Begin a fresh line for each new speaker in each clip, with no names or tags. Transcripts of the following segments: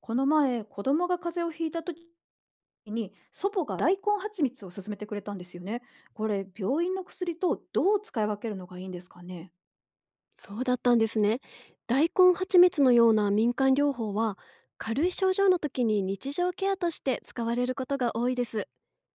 この前、子供が風邪をひいた時に、祖母が大根蜂蜜を勧めてくれたんですよね。これ、病院の薬とどう使い分けるのがいいんですかね。
そうだったんですね。大根蜂蜜のような民間療法は、軽い症状の時に日常ケアとして使われることが多いです。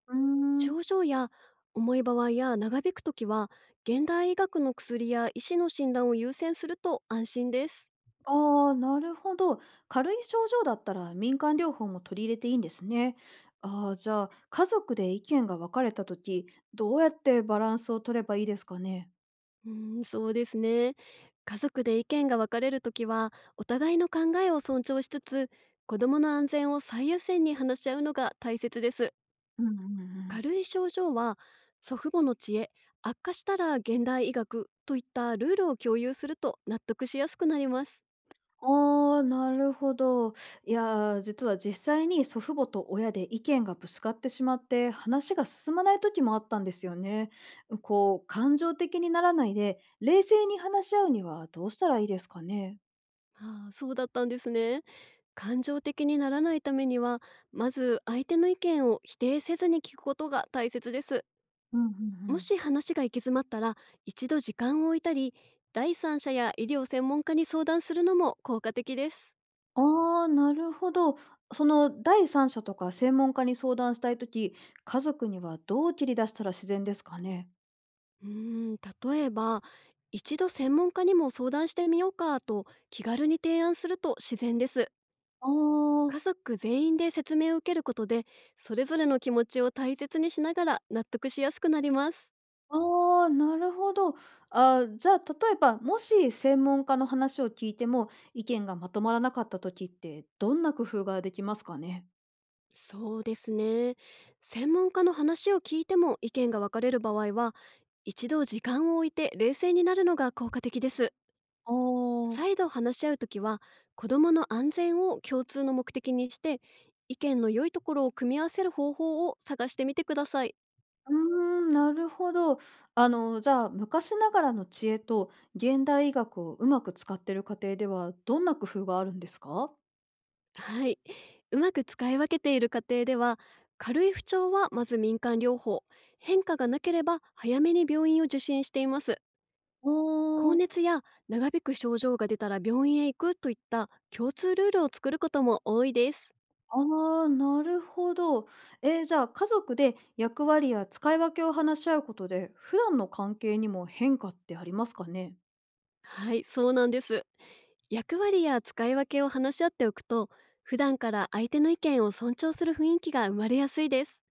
うーん、
症状や重い場合や長引く時は、現代医学の薬や医師の診断を優先すると安心です。
ああ、なるほど。軽い症状だったら民間療法も取り入れていいんですね。ああ、じゃあ、家族で意見が分かれた時、どうやってバランスを取ればいいですかね。
うーん、そうですね。家族で意見が分かれる時は、お互いの考えを尊重しつつ、子どもの安全を最優先に話し合うのが大切です。
うんうんう
軽
ん、
い症状は祖父母の知恵、悪化したら現代医学といったルールを共有すると納得しやすくなります。
ああ、なるほど。いやー、実際に祖父母と親で意見がぶつかってしまって、話が進まない時もあったんですよね。こう、感情的にならないで、冷静に話し合うにはどうしたらいいですかね。
ああ、そうだったんですね。感情的にならないためには、まず相手の意見を否定せずに聞くことが大切です。
うんうんう
も
ん、
し話が行き詰まったら、一度時間を置いたり、第三者や医療専門家に相談するのも効果的です。
ああ、なるほど。その第三者とか専門家に相談したい時、家族にはどう切り出したら自然ですかね。
うーん、例えば、一度専門家にも相談してみようかと気軽に提案すると自然です。
ああ。
家族全員で説明を受けることで、それぞれの気持ちを大切にしながら納得しやすくなります。
ああ、なるほど。あ、じゃあ、例えば、もし専門家の話を聞いても、意見がまとまらなかった時って、どんな工夫ができますかね？
そうですね。専門家の話を聞いても意見が分かれる場合は、一度時間を置いて冷静になるのが効果的です。
ああ、
再度話し合うときは、子どもの安全を共通の目的にして、意見の良いところを組み合わせる方法を探してみてください。
うーん、なるほど。あの、じゃあ、昔ながらの知恵と現代医学をうまく使っている家庭では、どんな工夫があるんですか？
はい。うまく使い分けている家庭では、軽い不調はまず民間療法、変化がなければ早めに病院を受診しています。
あ
高
あ、
熱や長引く症状が出たら病院へ行くといった共通ルールを作ることも多いです。
ああ、なるほど。え、じゃあ、家族で役割や使い分けを話し合うことで、普段の関係にも変化ってありますかね？
はい、そうなんです。役割や使い分けを話し合っておくと、普段から相手の意見を尊重する雰囲気が生まれやすいです。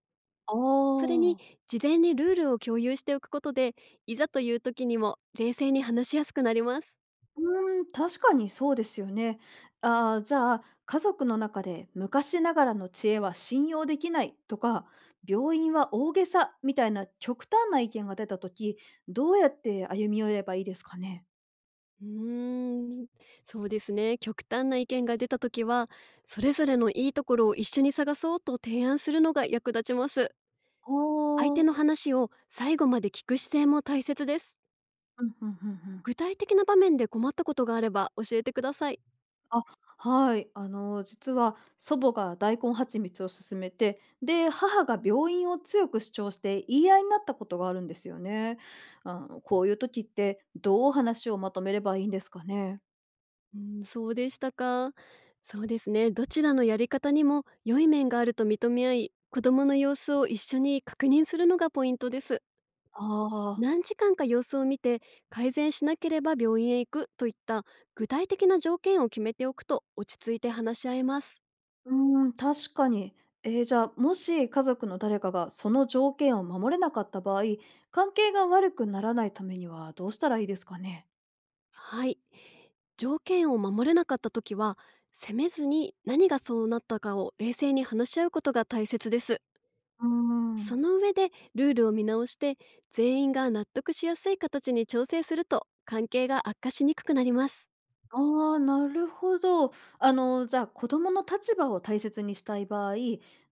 あ
それに、
あ。
事前にルールを共有しておくことで、いざという時にも冷静に話しやすくなります。
うーん、確かにそうですよね。ああ、じゃあ、家族の中で昔ながらの知恵は信用できないとか、病院は大げさみたいな極端な意見が出た時、どうやって歩み寄ればいいですかね？
うーん、そうですね。極端な意見が出た時は、それぞれのいいところを一緒に探そうと提案するのが役立ちます。
あ
相
あ
手
ー。
の話を最後まで聞く姿勢も大切です。
うん、うんうんうん。
具体的な場面で困ったことがあれば教えてください。
あ、はい。あの、実は祖母が大根蜂蜜を勧めて、で、母が病院を強く主張して言い合いになったことがあるんですよね。あの、こういう時ってどう話をまとめればいいんですかね。
うん、そうでしたか。そうですね。どちらのやり方にも良い面があると認め合い、子供の様子を一緒に確認するのがポイントです。
ああ、
何時間か様子を見て、改善しなければ病院へ行くといった具体的な条件を決めておくと落ち着いて話し合えます。
うーん、確かに。えー、じゃあ、もし家族の誰かがその条件を守れなかった場合、関係が悪くならないためにはどうしたらいいですかね。
はい。条件を守れなかった時は、責めずに何がそうなったかを冷静に話し合うことが大切です。
うー
そ
ん。
の上で、ルールを見直して、全員が納得しやすい形に調整すると関係が悪化しにくくなります。
ああ、なるほど。あの、じゃあ、子供の立場を大切にしたい場合、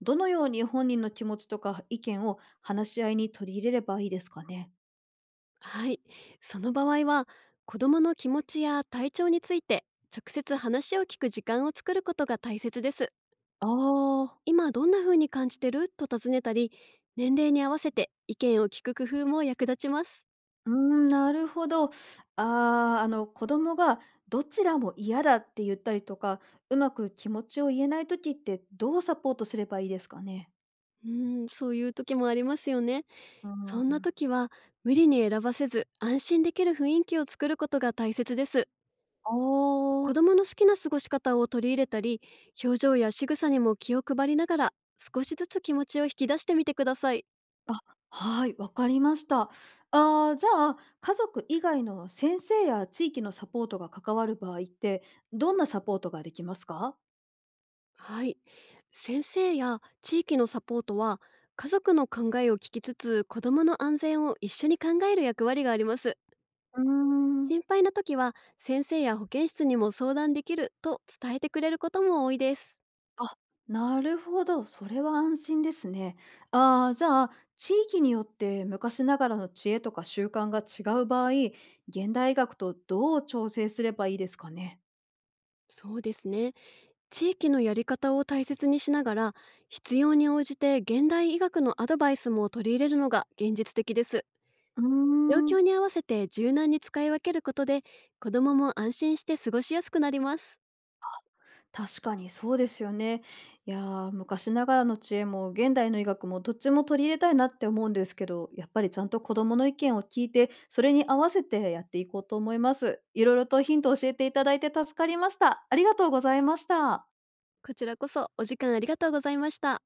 どのように本人の気持ちとか意見を話し合いに取り入れればいいですかね？
はい、その場合は、子どもの気持ちや体調について直接話を聞く時間を作ることが大切です。
ああ。
今どんな風に感じてると尋ねたり、年齢に合わせて意見を聞く工夫も役立ちます。
うーん、なるほど。ああ、あの、子供がどちらも嫌だって言ったりとか、うまく気持ちを言えない時ってどうサポートすればいいですかね？
うん、そういう時もありますよね。
うー
そんな
ん。
時は、無理に選ばせず安心できる雰囲気を作ることが大切です。
あ
子ど
あ。
もの好きな過ごし方を取り入れたり、表情や仕草にも気を配りながら少しずつ気持ちを引き出してみてください。
あ、はい、わかりました。あー、じゃあ、家族以外の先生や地域のサポートが関わる場合って、どんなサポートができますか？
はい。先生や地域のサポートは、家族の考えを聞きつつ、子どもの安全を一緒に考える役割があります。
うーん。
心配な時は、先生や保健室にも相談できると伝えてくれることも多いです。
あ、なるほど、それは安心ですね。あー、じゃあ、地域によって昔ながらの知恵とか習慣が違う場合、現代医学とどう調整すればいいですかね？
そうですね。地域のやり方を大切にしながら、必要に応じて現代医学のアドバイスも取り入れるのが現実的です。
う
状
ー
況に
ん。
合わせて柔軟に使い分けることで、子どもも安心して過ごしやすくなります。
確かにそうですよね。いやー、昔ながらの知恵も現代の医学もどっちも取り入れたいなって思うんですけど、やっぱりちゃんと子どもの意見を聞いて、それに合わせてやっていこうと思います。いろいろとヒントを教えていただいて助かりました。ありがとうございました。
こちらこそお時間ありがとうございました。